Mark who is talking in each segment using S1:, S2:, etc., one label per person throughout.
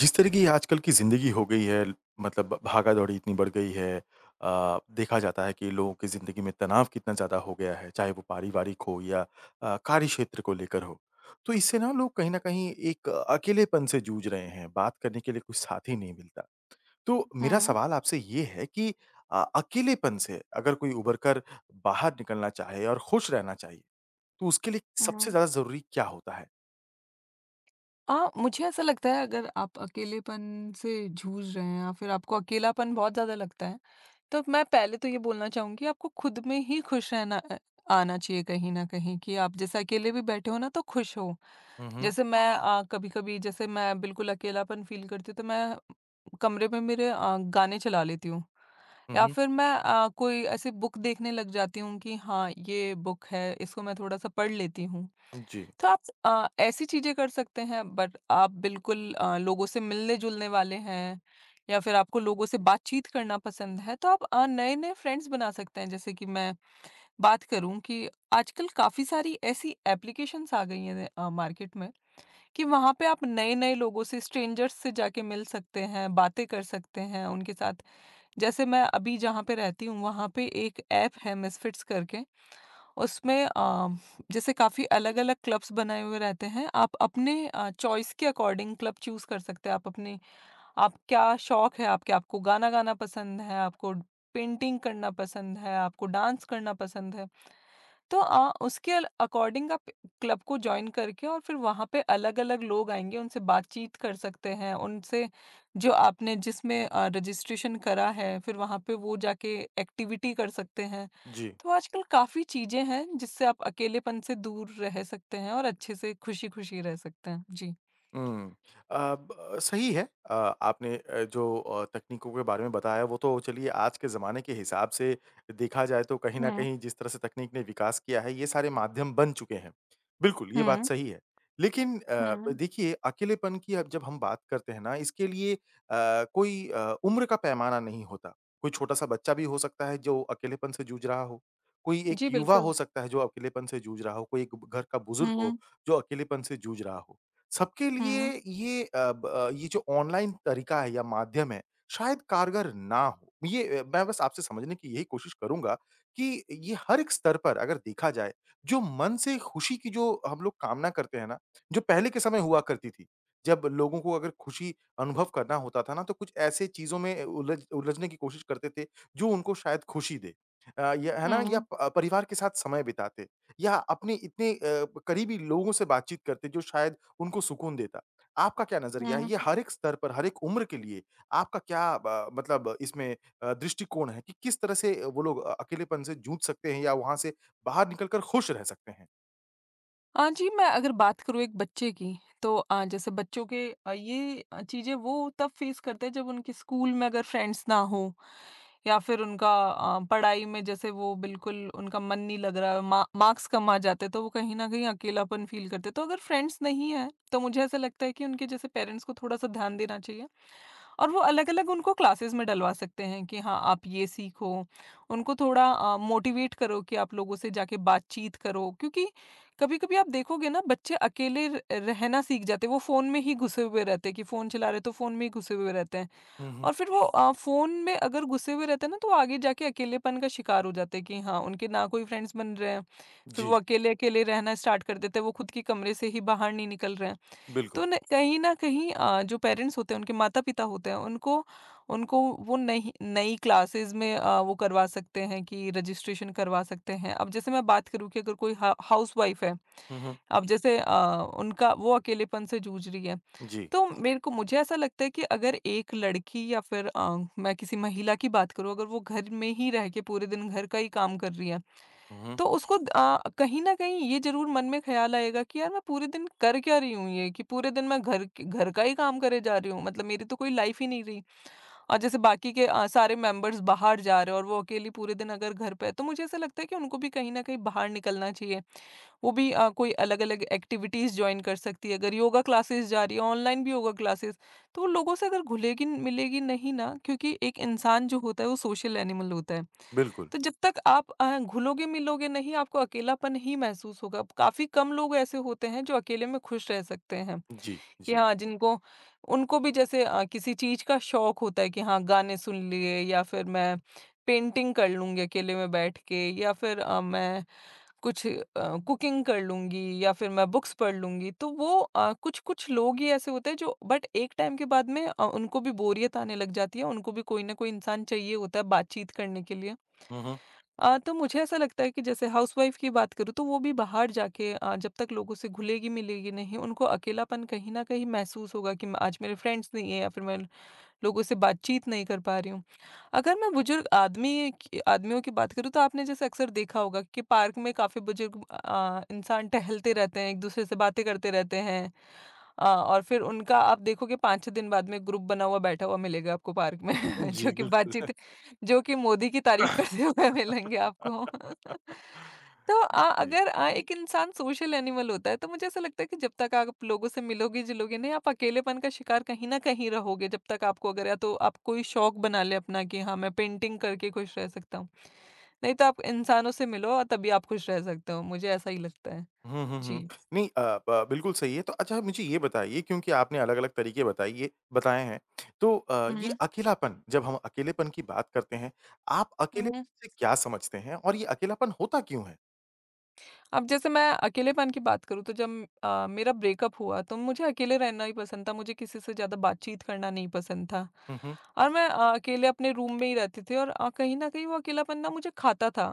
S1: जिस तरह की आजकल की ज़िंदगी हो गई है, मतलब भागा-दौड़ी इतनी बढ़ गई है। देखा जाता है कि लोगों की ज़िंदगी में तनाव कितना ज़्यादा हो गया है, चाहे वो पारिवारिक हो या कार्य क्षेत्र को लेकर हो। तो इससे ना लोग कहीं न कहीं एक अकेलेपन से जूझ रहे हैं, बात करने के लिए कोई साथी नहीं मिलता। तो मेरा
S2: हुँ,
S1: सवाल आपसे ये है कि अकेलेपन से अगर कोई उभर कर बाहर निकलना चाहे और खुश रहना चाहिए, तो उसके लिए सबसे
S2: हुँ।
S1: ज़्यादा ज़रूरी क्या होता है?
S2: मुझे ऐसा लगता है अगर आप अकेलेपन से जूझ रहे हैं या फिर आपको अकेलापन बहुत ज़्यादा लगता है, तो मैं पहले तो ये बोलना चाहूँगी आपको खुद में ही खुश रहना आना चाहिए कहीं न कहीं कि आप जैसे अकेले भी बैठे हो ना तो खुश हो।
S1: हुँ, हुँ।
S2: जैसे मैं कभी-कभी जैसे मैं बिल्कुल अकेलापन फ़ील करती हूँ तो मैं कमरे में मेरे गाने चला लेती हूँ
S1: हुँ,
S2: या
S1: हुँ।
S2: फिर मैं कोई ऐसी बुक देखने लग जाती हूँ कि हाँ, ये बुक है इसको मैं थोड़ा-सा पढ़ लेती हूँ।
S1: जी,
S2: तो आप ऐसी चीज़ें कर सकते हैं बट आप बिल्कुल लोगों से मिलने-जुलने वाले हैं या फिर आपको लोगों से बातचीत करना पसंद है तो आप नए-नए फ्रेंड्स बना सकते हैं। जैसे कि मैं बात करूँ कि आजकल काफ़ी सारी ऐसी एप्लीकेशंस आ गई हैं मार्केट में कि वहाँ पे आप नए-नए लोगों से स्ट्रेंजर्स से जाके मिल सकते हैं, बातें कर सकते हैं उनके साथ। जैसे मैं अभी जहाँ पे रहती हूँ वहाँ पे एक ऐप है मिसफिट्स करके उसमें जैसे काफ़ी अलग-अलग क्लब्स बनाए हुए रहते हैं। आप अपने चॉइस के अकॉर्डिंग क्लब चूज़ कर सकते हैं। आप अपने आप क्या शौक है आपके, आपको गाना गाना पसंद है, आपको पेंटिंग करना पसंद है, आपको डांस करना पसंद है। तो उसके अल अकॉर्डिंग आप क्लब को जॉइन करके और फिर वहाँ पे अलग-अलग लोग आएँगे, उनसे बातचीत कर सकते हैं, उनसे जो आपने जिसमें रजिस्ट्रेशन करा है, फिर वहाँ पे वो जाके एक्टिविटी कर सकते हैं।
S1: जी।
S2: तो आजकल काफ़ी चीज़ें हैं जिससे आप अकेलेपन से दूर रह सकते हैं और अच्छे से खुशी-खुशी रह सकते हैं। जी।
S1: हुँ। अ, ब सही है। अ, आपने जो तकनीकों के बारे में बताया वो तो चलिए आज के ज़माने के हिसाब से देखा जाए तो कहीं न
S2: हुँ।
S1: कहीं जिस तरह से तकनीक ने विकास किया है ये सारे माध्यम बन चुके हैं। बिल्कुल, ये बात
S2: हुँ।
S1: सही है। लेकिन
S2: हुँ।
S1: देखिए अकेलेपन की अब जब हम बात करते हैं ना इसके लिए कोई उम्र का पैमाना नहीं होता। कोई छोटा-सा बच्चा भी हो सकता है जो अकेलेपन से जूझ रहा हो, कोई एक
S2: जी,
S1: युवा हो
S2: बिल्कुल।
S1: सकता है जो अकेलेपन से जूझ रहा हो, कोई एक घर का बुजुर्ग
S2: हुँ,
S1: हो
S2: हुँ,
S1: जो अकेलेपन से जूझ रहा हो। सबके लिए
S2: हुँ।
S1: ये अ, ब अ, ये जो ऑनलाइन तरीका है या माध्यम है, शायद कारगर ना हो। मैं बस आपसे समझने की यही कोशिश करूँगा कि ये हर एक स्तर पर अगर देखा जाए, जो मन से खुशी की जो हम लोग कामना करते हैं ना, जो पहले के समय हुआ करती थी। जब लोगों को अगर खुशी अनुभव करना होता था ना, तो कुछ ऐसे चीज़ों में उलझने की कोशिश करते थे, जो उनको शायद खुशी दे। या है ना? या
S2: हुँ,
S1: प परिवार के साथ समय बिताते या अपने इतने करीबी लोगों से बातचीत करते, जो शायद उनको सुकून देता। आपका क्या नज़रिया है?
S2: हुँ।
S1: ये हर एक स्तर पर, हर एक उम्र के लिए आपका क्या ब मतलब इसमें दृष्टिकोण है कि किस तरह से वो लोग अकेलेपन से जूझ सकते हैं या वहाँ से बाहर निकल कर खुश रह सकते हैं?
S2: हाँ जी, मैं अगर बात करूँ एक बच्चे की, तो जैसे बच्चों के ये चीज़ें वो तब फ़ेस करते हैं जब उनके स्कूल में अगर फ्रेंड्स ना हो या फिर उनका पढ़ाई में जैसे वो बिल्कुल उनका मन नहीं लग रहा है, मा मार्क्स कम आ जाते हैं, तो वो कहीं न कहीं अकेलापन फ़ील करते हैं। तो अगर फ्रेंड्स नहीं है, तो मुझे ऐसा लगता है कि उनके जैसे पेरेंट्स को थोड़ा-सा ध्यान देना चाहिए। और वो अलग-अलग उनको क्लासेस में डलवा सकते हैं कि हाँ, आप ये सीखो। उनको थोड़ा मोटिवेट करो कि आप लोगों से जाके बातचीत करो क्योंकि कभी-कभी आप देखोगे ना बच्चे अकेले र रहना सीख जाते हैं। वो फ़ोन में ही घुसे हुए रहते हैं कि फ़ोन चला रहे हैं तो फ़ोन में ही घुसे हुए रहते हैं।
S1: हुँ, हुँ।
S2: और फिर वो फ़ोन में अगर घुसे हुए रहते हैं ना तो वो आगे जाके अकेलेपन का शिकार हो जाते हैं कि हाँ, उनके ना कोई फ्रेंड्स बन रहे हैं। फिर वो
S1: जी,
S2: अकेले-अकेले रहना स्टार्ट कर देते हैं। वो खुद के कमरे से ही बाहर नहीं निकल रहे हैं।
S1: बिल्कुल।
S2: तो न कहीं न कहीं जो पेरेंट्स होते हैं, उनके माता-पिता होते हैं, उनको उनको वो नहीं नई क्लासेज़ में वो करवा सकते हैं कि रजिस्ट्रेशन करवा सकते हैं। अब जैसे मैं बात करूँ कि अगर कोई हा हाउसवाइफ़ है,
S1: हुँ, हुँ।
S2: अब जैसे उनका वो अकेलेपन से जूझ रही है,
S1: जी।
S2: तो मेरे को मुझे ऐसा लगता है कि अगर एक लड़की या फिर मैं किसी महिला की बात करूँ, अगर वो घर में ही रह के पूरे दिन घर का ही काम कर रही है
S1: हुँ, हुँ।
S2: तो उसको कहीं न कहीं ये ज़रूर मन में ख़्याल आएगा कि यार मैं पूरे दिन कर क्या रही हूँ ये? कि पूरे दिन मैं घर का ही काम करे जा रही हूँ, मतलब मेरी तो कोई लाइफ़ ही नहीं रही। और जैसे बाकी के सारे मेंबर्स बाहर जा रहे हैं और वो अकेली पूरे दिन अगर घर पे है, तो मुझे ऐसा लगता है कि उनको भी कहीं न कहीं बाहर निकलना चाहिए। वो भी कोई अलग-अलग एक्टिविटीज़ जॉइन कर सकती है, अगर योगा क्लासेस जा रही है, ऑनलाइन भी योगा क्लासेस, तो उन लोगों से अगर घुलेगी मिलेगी नहीं ना क्योंकि एक इंसान जो होता है वो सोशल एनिमल होता है।
S1: बिल्कुल।
S2: तो जब तक आप घुलोगे मिलोगे नहीं आपको अकेलापन ही महसूस होगा। काफ़ी कम लोग ऐसे होते हैं जो अकेले में खुश रह सकते हैं,
S1: जी,
S2: कि
S1: जी।
S2: हाँ जिनको उनको भी जैसे किसी चीज़ का शौक होता है कि हाँ गाने सुन लिए या फिर मैं पेंटिंग कर लूँगी अकेले में बैठ के या फिर मैं कुछ कुकिंग कर लूँगी या फिर मैं बुक्स पढ़ लूँगी, तो वो कुछ-कुछ लोग ही ऐसे होते हैं जो बट एक टाइम के बाद में उनको भी बोरियत आने लग जाती है, उनको भी कोई ना कोई इंसान चाहिए होता है बातचीत करने के लिए।
S1: हुँ, हुँ।
S2: तो मुझे ऐसा लगता है कि जैसे हाउसवाइफ़ की बात करूँ तो वो भी बाहर जाके जब तक लोगों से घुलेगी-मिलेगी नहीं, उनको अकेलापन कहीं न कहीं महसूस होगा कि म आज मेरे फ्रेंड्स नहीं है या फिर मैं लोगों से बातचीत नहीं कर पा रही हूँ। अगर मैं बुजुर्ग आदमी की आदमियों की बात करूँ तो आपने जैसे अक्सर देखा होगा कि पार्क में काफ़ी बुजुर्ग इंसान टहलते रहते हैं, एक-दूसरे से बातें करते रहते हैं। और फिर उनका आप देखोगे 5-6 दिन बाद में ग्रुप बना हुआ बैठा हुआ मिलेगा आपको पार्क में जो
S1: जी,
S2: कि
S1: बिल्कुल।
S2: बातचीत जो कि मोदी की तारीफ करते हुए मिलेंगे आपको। तो अ,
S1: जी।
S2: अगर अ, एक इंसान सोशल एनिमल होता है तो मुझे ऐसा लगता है कि जब तक आप लोगों से मिलोगे-जुलोगे नहीं, आप अकेलेपन का शिकार कहीं न कहीं रहोगे जब तक आपको अगर या तो आप कोई शौक बना लें अपना कि हाँ, मैं पेंटिंग करके खुश रह सकता हूँ। नहीं तो आप इंसानों से मिलो और तभी आप खुश रह सकते हो, मुझे ऐसा ही लगता है।
S1: हुँ, हुँ, हुँ।
S2: जी।
S1: नहीं, अ, ब बिल्कुल सही है। तो अच्छा मुझे ये बताइए क्योंकि आपने अलग-अलग तरीके बताइए बताए हैं। तो अ, ये
S2: हुँ,
S1: अकेलापन जब हम अकेलेपन की बात करते हैं, आप अकेलेपन
S2: हुँ।
S1: से क्या समझते हैं और ये अकेलापन होता क्यों है?
S2: अब जैसे मैं अकेलेपन की बात करूँ तो जब मेरा ब्रेकअप हुआ तो मुझे अकेले रहना ही पसंद था, मुझे किसी से ज़्यादा बातचीत करना नहीं पसंद था।
S1: हुँ, हुँ।
S2: और मैं अकेले अपने रूम में ही रहती थी और कहीं न कहीं वो अकेलापन ना मुझे खाता था।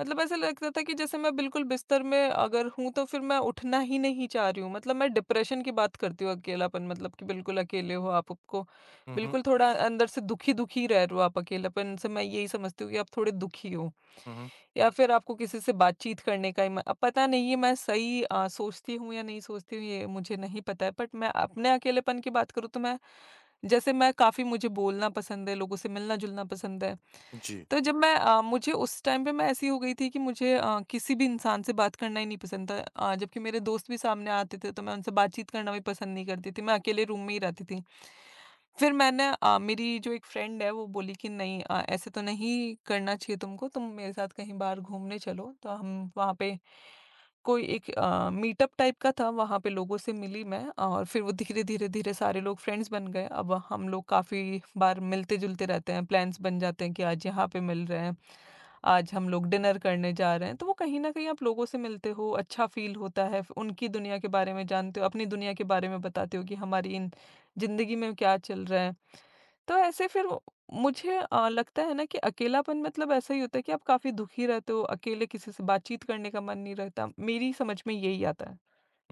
S2: मतलब ऐसा लगता था कि जैसे मैं बिल्कुल बिस्तर में अगर हूँ तो फिर मैं उठना ही नहीं चाह रही हूँ। मतलब मैं डिप्रेशन की बात करती हूँ अकेलापन मतलब कि बिल्कुल अकेले हो आप, आपको
S1: हुँ, हुँ।
S2: बिल्कुल थोड़ा अंदर से दुखी-दुखी रह रहे हो आप अकेलापन से मैं यही समझती हूँ कि आप थोड़े दुखी हो।
S1: हुँ, हुँ।
S2: या फिर आपको किसी से बातचीत करने का ही म अब पता नहीं है मैं सही सोचती हूँ या नहीं सोचती हूँ ये मुझे नहीं पता है। बट मैं अपने अकेलेपन की बात करूँ तो मैं जैसे मैं काफ़ी मुझे बोलना पसंद है, लोगों से मिलना-जुलना पसंद है।
S1: जी।
S2: तो जब मैं मुझे उस टाइम पे मैं ऐसी हो गई थी कि मुझे किसी भी इंसान से बात करना ही नहीं पसंद था जबकि मेरे दोस्त भी सामने आते थे तो मैं उनसे बातचीत करना भी पसंद नहीं करती थी मैं अकेले रूम में ही रहती थी फिर मैंने मेरी जो एक फ्रेंड है वो बोली कि नहीं ऐसे तो नहीं करना चाहिए तुमको तुम मेरे साथ कहीं बाहर घूमने चलो तो हम वहाँ पे कोई एक मीटअप टाइप का था, वहाँ पे लोगों से मिली मैं और फिर वो धीरे-धीरे-धीरे सारे लोग फ्रेंड्स बन गए। अब हम लोग काफ़ी बार मिलते-जुलते रहते हैं, प्लान्स बन जाते हैं कि आज यहाँ पे मिल रहे हैं, आज हम लोग डिनर करने जा रहे हैं। तो वो कहीं न कहीं आप लोगों से मिलते हो, अच्छा फ़ील होता है, फ उनकी दुनिया के बारे में जानते हो, अपनी दुनिया के बारे में बताते हो कि हमारी इन ज़िंदगी में क्या चल रहा है। तो ऐसे फिर वो मुझे लगता है ना कि अकेलापन मतलब ऐसा ही होता है कि आप काफ़ी दुखी रहते हो, अकेले किसी से बातचीत करने का मन नहीं रहता, मेरी समझ में यही आता है।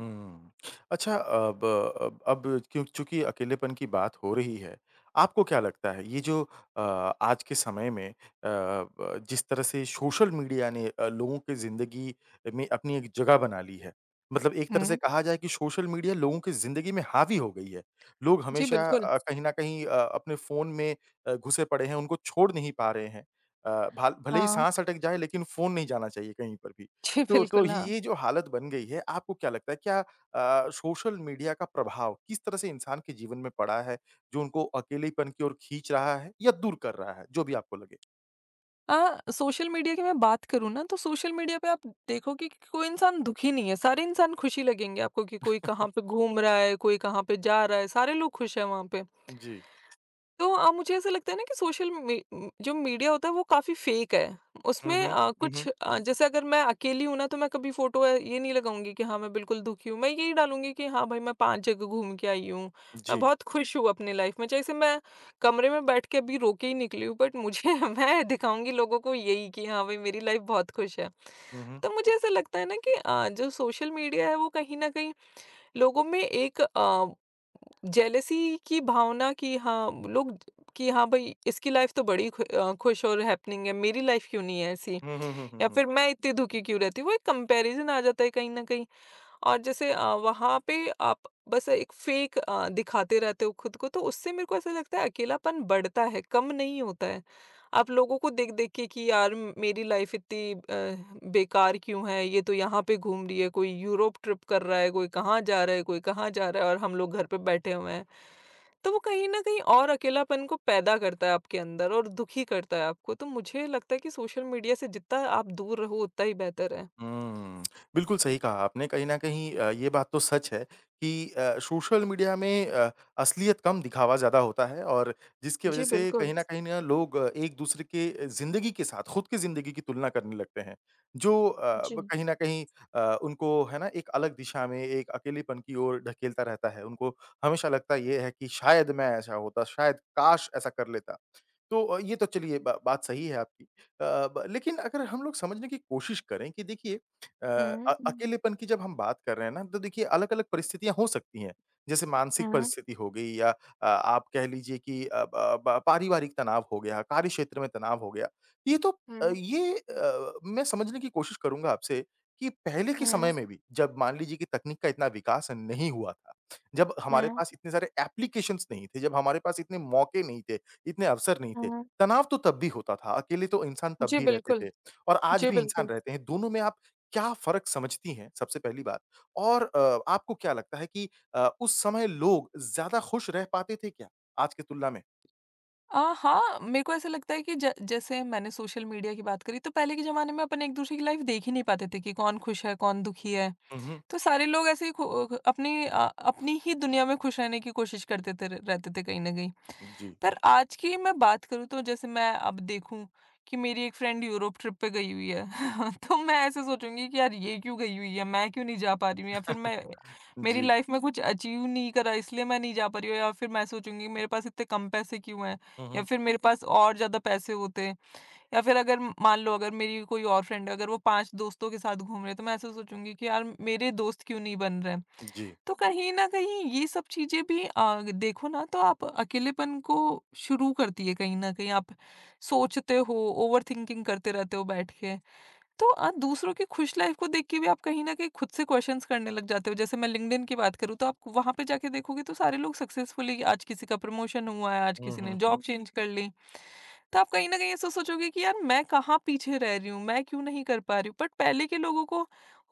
S1: हुँ। अच्छा, अब क्यों चूँकि अकेलेपन की बात हो रही है, आपको क्या लगता है ये जो आज के समय में अ, ब जिस तरह से सोशल मीडिया ने लोगों की ज़िंदगी में अपनी एक जगह बना ली है। मतलब एक तरह से
S2: हुँ।
S1: कहा जाए कि सोशल मीडिया लोगों की ज़िंदगी में हावी हो गई है। लोग
S2: जी,
S1: हमेशा
S2: बिल्कुल।
S1: कहीं न कहीं अपने फ़ोन में घुसे पड़े हैं, उनको छोड़ नहीं पा रहे हैं। अ, भाल भले ही
S2: हाँ।
S1: साँस अटक जाए लेकिन फ़ोन नहीं जाना चाहिए कहीं पर भी।
S2: जी,
S1: तो
S2: बिल्कुल, हाँ।
S1: ये जो हालत बन गई है, आपको क्या लगता है क्या सोशल मीडिया का प्रभाव किस तरह से इंसान के जीवन में पड़ा है, जो उनको अकेलेपन की ओर खींच रहा है या दूर कर रहा है? जो भी आपको लगे।
S2: सोशल मीडिया की मैं बात करूँ ना तो सोशल मीडिया पे आप देखोगे कि कोई इंसान दुखी नहीं है, सारे इंसान खुशी लगेंगे आपको कि कोई कहाँ पे घूम रहा है, कोई कहाँ पे जा रहा है, सारे लोग खुश हैं वहाँ पे।
S1: जी।
S2: तो मुझे ऐसा लगता है ना कि सोशल जो मीडिया होता है वो काफ़ी फेक है।
S1: हुँ,
S2: उसमें
S1: हुँ। हुँ, हुँ।
S2: कुछ जैसे अगर मैं अकेली हूँ ना तो मैं कभी फ़ोटो ये नहीं लगाऊँगी कि हाँ, मैं बिल्कुल दुखी हूँ। मैं यही डालूँगी कि हाँ भाई मैं 5 जगह घूम के आई हूँ। मैं
S1: जी।
S2: बहुत खुश हूँ अपनी लाइफ़ में। जैसे मैं कमरे में बैठ के अभी रो के ही निकली हूँ बट मुझे मैं दिखाऊँगी लोगों को यही कि हाँ भाई मेरी लाइफ़ बहुत खुश है।
S1: हुँ, हुँ।
S2: तो मुझे ऐसा लगता है ना कि जो सोशल मीडिया है वो कहीं न कहीं लोगों में एक जेलेसी की भावना कि हाँ लोग कि हाँ भाई इसकी लाइफ तो बड़ी खुश और हैपनिंग है, मेरी लाइफ क्यों नहीं है ऐसी?
S1: हुँ, हुँ, हुँ, हुँ,
S2: या
S1: हुँ।
S2: फिर मैं इतनी दुखी क्यों रहती हूँ? वो एक कंपैरिज़न आ जाता है कहीं न कहीं। और जैसे वहाँ पे आप बस एक फेक दिखाते रहते हो खुद को तो उससे मेरे को ऐसा लगता है अकेलापन बढ़ता है, कम नहीं होता है। आप लोगों को देख-देख के कि यार मेरी लाइफ इतनी बेकार क्यों है? ये तो यहाँ पे घूम रही है, कोई यूरोप ट्रिप कर रहा है, कोई कहाँ जा रहा है, कोई कहाँ जा रहा है और हम लोग घर पे बैठे हुए हैं। तो वो कहीं न कहीं और अकेलापन को पैदा करता है आपके अंदर और दुखी करता है आपको। तो मुझे लगता है कि सोशल मीडिया से जितना आप दूर रहो उतना ही बेहतर है।
S1: हुँ। बिल्कुल सही कहा आपने। कहीं न कहीं ये बात तो सच है कि सोशल मीडिया में असलियत कम, दिखावा ज़्यादा होता है और जिसकी वज़ह
S2: जी,
S1: से कहीं
S2: बिल्कुल।
S1: न कहीं ना लोग एक-दूसरे के ज़िंदगी के साथ, खुद की ज़िंदगी की तुलना करने लगते हैं। जो अ,
S2: जी।
S1: ब कहीं न कहीं उनको है ना एक अलग दिशा में, एक अकेलेपन की ओर ढकेलता रहता है। उनको हमेशा लगता ये है कि शायद मैं ऐसा होता, शायद काश ऐसा कर लेता। तो ये तो चलिए ब बात सही है आपकी। अ, ब लेकिन अगर हम लोग समझने की कोशिश करें कि देखिए
S2: हुँ।
S1: अकेलेपन की जब हम बात कर रहे हैं ना, तो देखिए अलग-अलग परिस्थितियाँ हो सकती हैं। जैसे मानसिक
S2: हुँ,
S1: परिस्थिति हो गई या आप कह लीजिए कि अ, ब ब पारिवारिक तनाव हो गया, कार्य क्षेत्र में तनाव हो गया। ये तो
S2: हुँ,
S1: मैं समझने की कोशिश करूँगा आपसे कि पहले के
S2: हुँ,
S1: समय में भी जब मान लीजिए कि तकनीक का इतना विकास नहीं हुआ था, जब हमारे
S2: हुँ,
S1: पास इतने सारे एप्लीकेशंस नहीं थे, जब हमारे पास इतने मौके नहीं थे, इतने अवसर नहीं थे।
S2: हुँ।
S1: तनाव तो तब भी होता था, अकेले तो इंसान तब
S2: जी,
S1: भी रहते
S2: बिल्कुल।
S1: थे और आज
S2: जी,
S1: भी इंसान
S2: बिल्कुल।
S1: रहते हैं, दोनों में आप क्या फ़र्क समझती हैं, सबसे पहली बात? और आपको क्या लगता है कि उस समय लोग ज़्यादा खुश रह पाते थे क्या, आज की तुलना में?
S2: हाँ, मेरे को ऐसा लगता है कि ज जैसे मैंने सोशल मीडिया की बात करी तो पहले के ज़माने में अपन एक-दूसरे की लाइफ़ देख ही नहीं पाते थे कि कौन खुश है, कौन दुखी है।
S1: हुँ, हुँ।
S2: तो सारे लोग ऐसे ही अपनी अपनी ही दुनिया में खुश रहने की कोशिश करते थे र रहते थे कहीं न कहीं।
S1: जी।
S2: पर आज की मैं बात करूँ तो जैसे मैं अब देखूँ कि मेरी एक फ्रेंड यूरोप ट्रिप पे गई हुई है तो मैं ऐसे सोचूंगी कि यार ये क्यों गई हुई है मैं क्यों नहीं जा पा रही हूँ या फिर मैं मेरी
S1: जी।
S2: लाइफ में कुछ अचीव नहीं करा इसलिए मैं नहीं जा पा रही हूँ या फिर मैं सोचूंगी मेरे पास इतने कम पैसे क्यों हैं
S1: हुँ,
S2: या
S1: हुँ।
S2: फिर मेरे पास और ज्यादा पैसे होते या फिर अगर मान लो अगर मेरी कोई और फ्रेंड है, अगर वो 5 दोस्तों के साथ घूम रहे हैं, तो मैं ऐसा सोचूँगी कि यार मेरे दोस्त क्यों नहीं बन रहे हैं।
S1: जी।
S2: तो कहीं न कहीं ये सब चीज़ें भी देखो ना तो आप अकेलेपन को शुरू करती है कहीं न कहीं। आप सोचते हो, ओवरथिंकिंग करते रहते हो बैठ के। तो दूसरों की खुश लाइफ़ को देख के भी आप कहीं न कहीं खुद से क्वेश्चन्स करने लग जाते हो। जैसे मैं लिंक्डइन की बात करूँ तो आप वहाँ पे जाके देखोगे तो सारे लोग सक्सेसफुली आज किसी का प्रमोशन हुआ है, आज
S1: हुँ,
S2: किसी ने
S1: हुँ, हुँ।
S2: जॉब चेंज कर ली। तो आप कहीं न कहीं ऐसा सोचोगे कि यार मैं कहाँ पीछे रह रही हूँ, मैं क्यों नहीं कर पा रही हूँ। बट पहले के लोगों को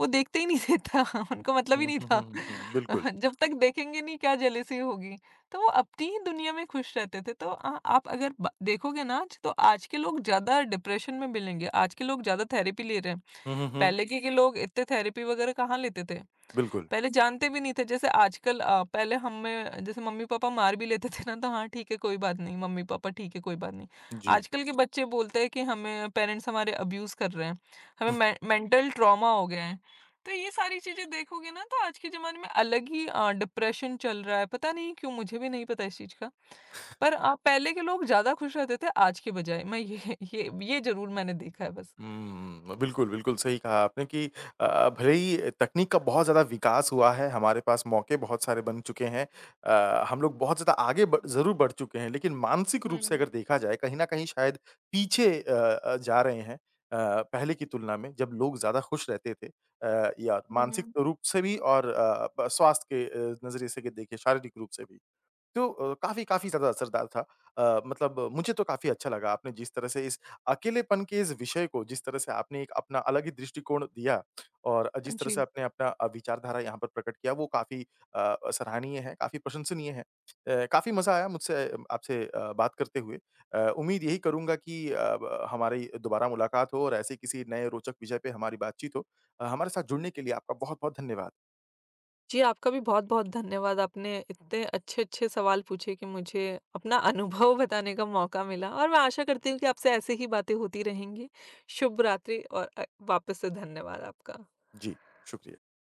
S2: वो देखते ही नहीं देता उनको मतलब ही
S1: हुँ,
S2: नहीं
S1: हुँ, हुँ,
S2: था।
S1: हुँ, हुँ। बिल्कुल।
S2: जब तक देखेंगे नहीं क्या जेलसी होगी। तो वो अपनी ही दुनिया में खुश रहते थे। तो आप अगर ब देखोगे ना आज तो आज के लोग ज़्यादा डिप्रेशन में मिलेंगे, आज के लोग ज़्यादा थेरेपी ले रहे हैं।
S1: हुँ, हुँ, हुँ।
S2: पहले के लोग इतने थेरेपी वगैरह कहाँ लेते थे।
S1: बिल्कुल।
S2: पहले जानते भी नहीं थे जैसे आजकल पहले हमें जैसे मम्मी-पापा मार भी लेते थे ना तो हाँ ठीक है कोई बात नहीं, मम्मी-पापा ठीक है कोई बात नहीं।
S1: जी।
S2: आजकल के बच्चे बोलते हैं कि हमें पेरेंट्स हमारे अब्यूज़ कर रहे हैं, हमें मे मेंटल ट्रॉमा हो गया है। तो ये सारी चीज़ें देखोगे ना तो आज के ज़माने में अलग ही डिप्रेशन चल रहा है, पता नहीं क्यों? मुझे भी नहीं पता इस चीज़ का। पर पहले के लोग ज़्यादा खुश रहते थे आज के बजाय, मैं ये ज़रूर मैंने देखा है बस।
S1: हुँ, बिल्कुल, बिल्कुल सही कहा आपने कि भले ही तकनीक का बहुत ज़्यादा विकास हुआ है, हमारे पास मौके बहुत सारे बन चुके हैं। हम लोग बहुत ज़्यादा आगे ब ज़रूर बढ़ चुके हैं, लेकिन मानसिक रूप से
S2: हुँ,
S1: अगर देखा जाए, कहीं न कहीं शायद पीछे जा रहे हैं। अ, पहले की तुलना में जब लोग ज़्यादा खुश रहते थे या मानसिक
S2: हुँ,
S1: रूप से भी और अ, ब स्वास्थ्य के नज़रिए से के देखें, शारीरिक रूप से भी। तो काफ़ी काफ़ी ज़्यादा असरदार था। मतलब मुझे तो काफ़ी अच्छा लगा आपने जिस तरह से इस अकेलेपन के इस विषय को जिस तरह से आपने एक अपना अलग ही दृष्टिकोण दिया और
S2: हुँ,
S1: जिस तरह से
S2: जी।
S1: आपने अपना विचारधारा यहाँ पर प्रकट किया वो काफ़ी सराहनीय है, काफ़ी प्रशंसनीय है। काफ़ी मज़ा आया मुझसे आपसे बात करते हुए। उम्मीद यही करूँगा कि अ, ब हमारी दोबारा मुलाकात हो और ऐसे किसी नए रोचक विषय पे हमारी बातचीत हो। हमारे साथ जुड़ने के लिए आपका बहुत-बहुत धन्यवाद।
S2: जी, आपका भी बहुत-बहुत धन्यवाद। आपने इतने अच्छे-अच्छे सवाल पूछे कि मुझे अपना अनुभव बताने का मौका मिला और मैं आशा करती हूँ कि आपसे ऐसे ही बातें होती रहेंगी। शुभ रात्रि और वापस से धन्यवाद आपका।
S1: जी, शुक्रिया।